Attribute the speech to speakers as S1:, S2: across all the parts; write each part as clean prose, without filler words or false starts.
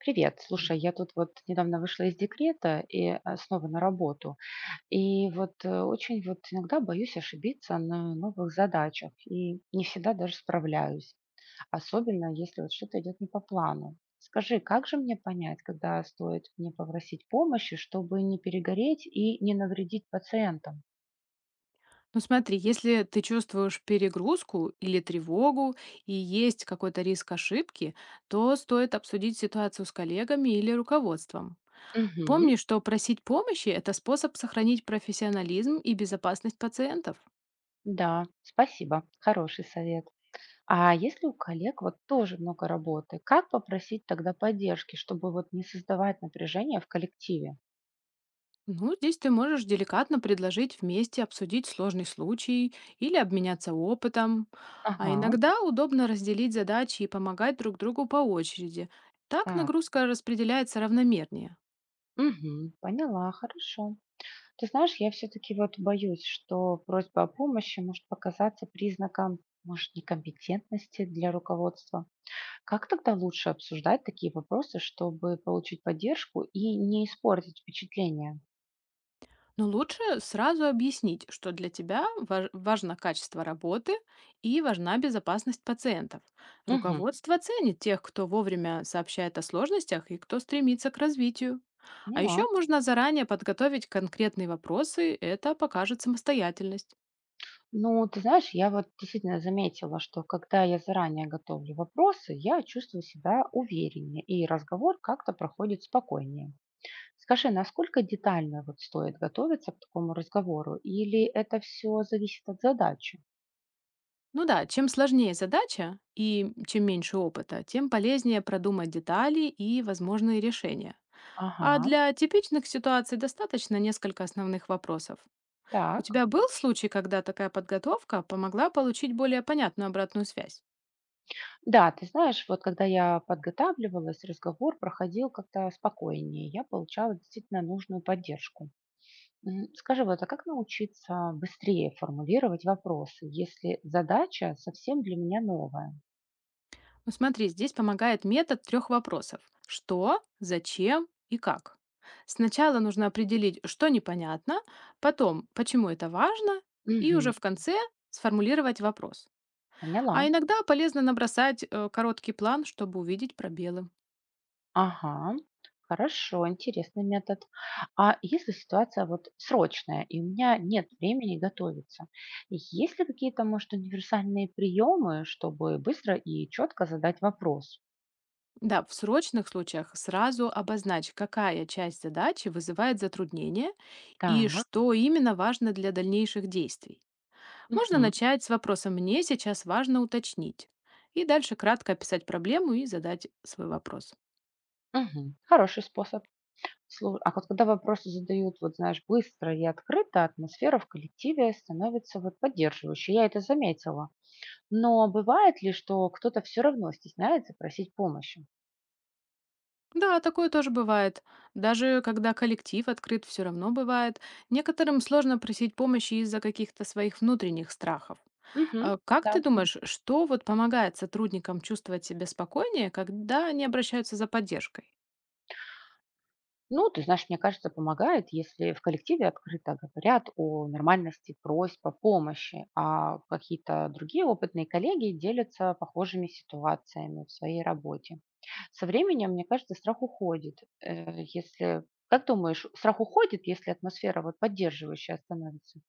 S1: Привет. Слушай, я тут вот недавно вышла из декрета и снова на работу. И вот очень вот иногда боюсь ошибиться на новых задачах и не всегда даже справляюсь, особенно если вот что-то идет не по плану. Скажи, как же мне понять, когда стоит мне попросить помощи, чтобы не перегореть и не навредить пациентам?
S2: Ну смотри, если ты чувствуешь перегрузку или тревогу и есть какой-то риск ошибки, то стоит обсудить ситуацию с коллегами или руководством.
S1: Мгм.
S2: Помни, что просить помощи– это способ сохранить профессионализм и безопасность пациентов.
S1: Да, спасибо. Хороший совет. А если у коллег вот тоже много работы, как попросить тогда поддержки, чтобы вот не создавать напряжение в коллективе?
S2: Ну, здесь ты можешь деликатно предложить вместе обсудить сложный случай или обменяться опытом. А
S1: Ага,
S2: иногда удобно разделить задачи и помогать друг другу по очереди. Так
S1: так.
S2: нагрузка распределяется равномернее.
S1: Мгм, поняла, хорошо. Ты знаешь, я все-таки вот боюсь, что просьба о помощи может показаться признаком, может, некомпетентности для руководства. Как тогда лучше обсуждать такие вопросы, чтобы получить поддержку и не испортить впечатление?
S2: Но лучше сразу объяснить, что для тебя важно качество работы и важна безопасность пациентов.
S1: Угу,
S2: Руководство ценит тех, кто вовремя сообщает о сложностях и кто стремится к развитию. А еще
S1: поняла.
S2: можно заранее подготовить конкретные вопросы, это покажет самостоятельность.
S1: Ну, ты знаешь, я вот действительно заметила, что когда я заранее готовлю вопросы, я чувствую себя увереннее, и разговор как-то проходит спокойнее. Скажи, насколько детально вот стоит готовиться к такому разговору, или это все зависит от задачи?
S2: Ну да, чем сложнее задача и чем меньше опыта, тем полезнее продумать детали и возможные решения. А
S1: Ага,
S2: для типичных ситуаций достаточно несколько основных вопросов. У
S1: так.
S2: тебя был случай, когда такая подготовка помогла получить более понятную обратную связь?
S1: Да, ты знаешь, вот когда я подготавливалась, разговор проходил как-то спокойнее, я получала действительно нужную поддержку. Мгм. Скажи, вот, а как научиться быстрее формулировать вопросы, если задача совсем для меня новая?
S2: Ну смотри, здесь помогает метод трех вопросов. Что, зачем и как. Сначала нужно определить, что непонятно, потом, почему это важно, и
S1: Мгм.
S2: уже в конце сформулировать вопрос. А
S1: Поняла.
S2: иногда полезно набросать короткий план, чтобы увидеть пробелы.
S1: Ага. Хорошо, интересный метод. А если ситуация вот срочная, и у меня нет времени готовиться, есть ли какие-то, может, универсальные приемы, чтобы быстро и четко задать вопрос?
S2: Да, в срочных случаях сразу обозначь, какая часть задачи вызывает затруднение и
S1: Так.
S2: что именно важно для дальнейших действий. Можно
S1: Мгм.
S2: начать с вопроса «Мне сейчас важно уточнить» и дальше кратко описать проблему и задать свой вопрос.
S1: Мгм. Хороший способ. Слу а вот когда вопросы задают, вот знаешь, быстро и открыто, атмосфера в коллективе становится вот поддерживающей. Я это заметила. Но бывает ли, что кто-то все равно стесняется просить помощи?
S2: Да, такое тоже бывает. Даже когда коллектив открыт, все равно бывает. Некоторым сложно просить помощи из-за каких-то своих внутренних страхов.
S1: Мгм.
S2: Как
S1: Да.
S2: ты думаешь, что вот помогает сотрудникам чувствовать себя спокойнее, когда они обращаются за поддержкой?
S1: Ну, ты знаешь, мне кажется, помогает, если в коллективе открыто говорят о нормальности просьб о помощи, а какие-то другие опытные коллеги делятся похожими ситуациями в своей работе. Со временем, мне кажется, страх уходит. Если, как думаешь, страх уходит, если атмосфера вот поддерживающая становится?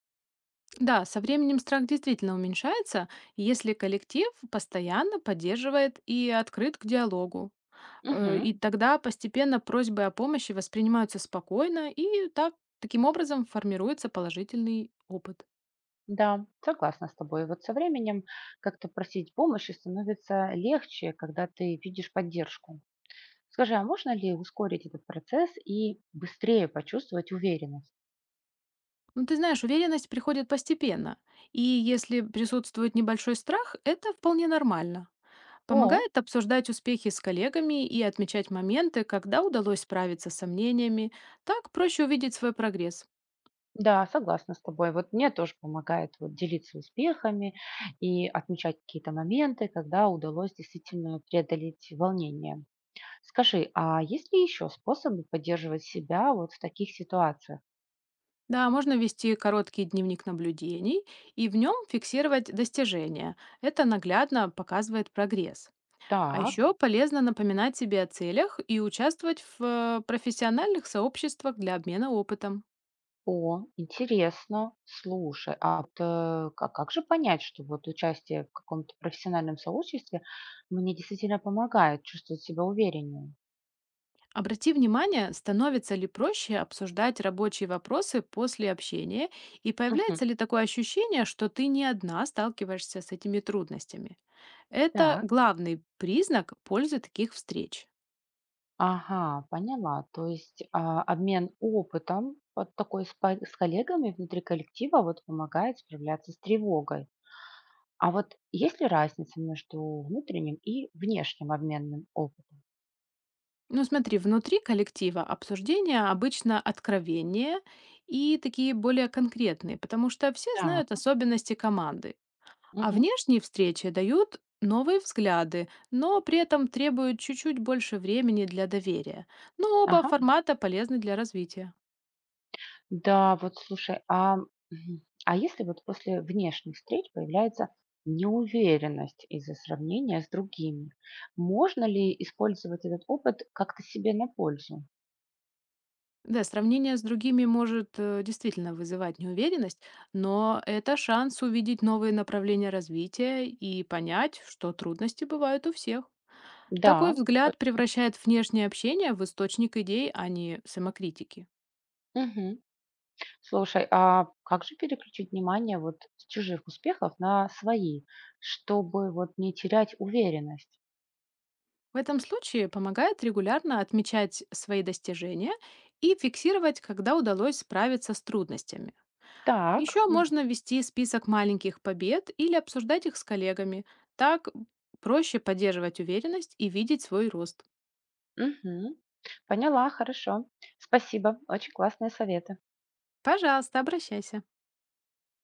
S2: Да, со временем страх действительно уменьшается, если коллектив постоянно поддерживает и открыт к диалогу.
S1: Мгм.
S2: И тогда постепенно просьбы о помощи воспринимаются спокойно, и так, таким образом формируется положительный опыт.
S1: Да, согласна с тобой. Вот со временем как-то просить помощи становится легче, когда ты видишь поддержку. Скажи, а можно ли ускорить этот процесс и быстрее почувствовать уверенность?
S2: Ну, ты знаешь, уверенность приходит постепенно, и если присутствует небольшой страх, это вполне нормально.
S1: О,
S2: Помогает обсуждать успехи с коллегами и отмечать моменты, когда удалось справиться с сомнениями. Так проще увидеть свой прогресс.
S1: да, согласна с тобой. Вот мне тоже помогает вот делиться успехами и отмечать какие-то моменты, когда удалось действительно преодолеть волнение. Скажи, а есть ли еще способы поддерживать себя вот в таких ситуациях?
S2: Да, можно вести короткий дневник наблюдений и в нем фиксировать достижения. Это наглядно показывает прогресс. А
S1: Так.
S2: еще полезно напоминать себе о целях и участвовать в профессиональных сообществах для обмена опытом.
S1: О, интересно. Слушай, а вот, ка как же понять, что вот участие в каком-то профессиональном сообществе мне действительно помогает чувствовать себя увереннее?
S2: Обрати внимание, становится ли проще обсуждать рабочие вопросы после общения и
S1: Мгм.
S2: появляется ли такое ощущение, что ты не одна сталкиваешься с этими трудностями. Это
S1: Так,
S2: главный признак пользы таких встреч.
S1: ага, поняла. То есть а, обмен опытом вот такой с, па- с коллегами внутри коллектива вот помогает справляться с тревогой. А вот есть ли разница между внутренним и внешним обменным опытом?
S2: Ну смотри, внутри коллектива обсуждения обычно откровеннее и такие более конкретные, потому что все знают
S1: Так,
S2: особенности команды. А
S1: мгм,
S2: внешние встречи дают новые взгляды, но при этом требуют чуть-чуть больше времени для доверия. Но оба
S1: ага.
S2: формата полезны для развития.
S1: Да, вот слушай, а, мгм. А если вот после внешних встреч появляется неуверенность из-за сравнения с другими, можно ли использовать этот опыт как-то себе на пользу?
S2: Да, сравнение с другими может действительно вызывать неуверенность, но это шанс увидеть новые направления развития и понять, что трудности бывают у всех.
S1: Да,
S2: Такой взгляд
S1: точно.
S2: превращает внешнее общение в источник идей, а не самокритики.
S1: Мгм. Слушай, а как же переключить внимание вот с чужих успехов на свои, чтобы вот не терять уверенность?
S2: В этом случае помогает регулярно отмечать свои достижения и фиксировать, когда удалось справиться с трудностями.
S1: Так,
S2: Еще можно вести список маленьких побед или обсуждать их с коллегами. Так проще поддерживать уверенность и видеть свой рост.
S1: м, мгм. Поняла, хорошо. Спасибо, очень классные советы.
S2: Пожалуйста, обращайся.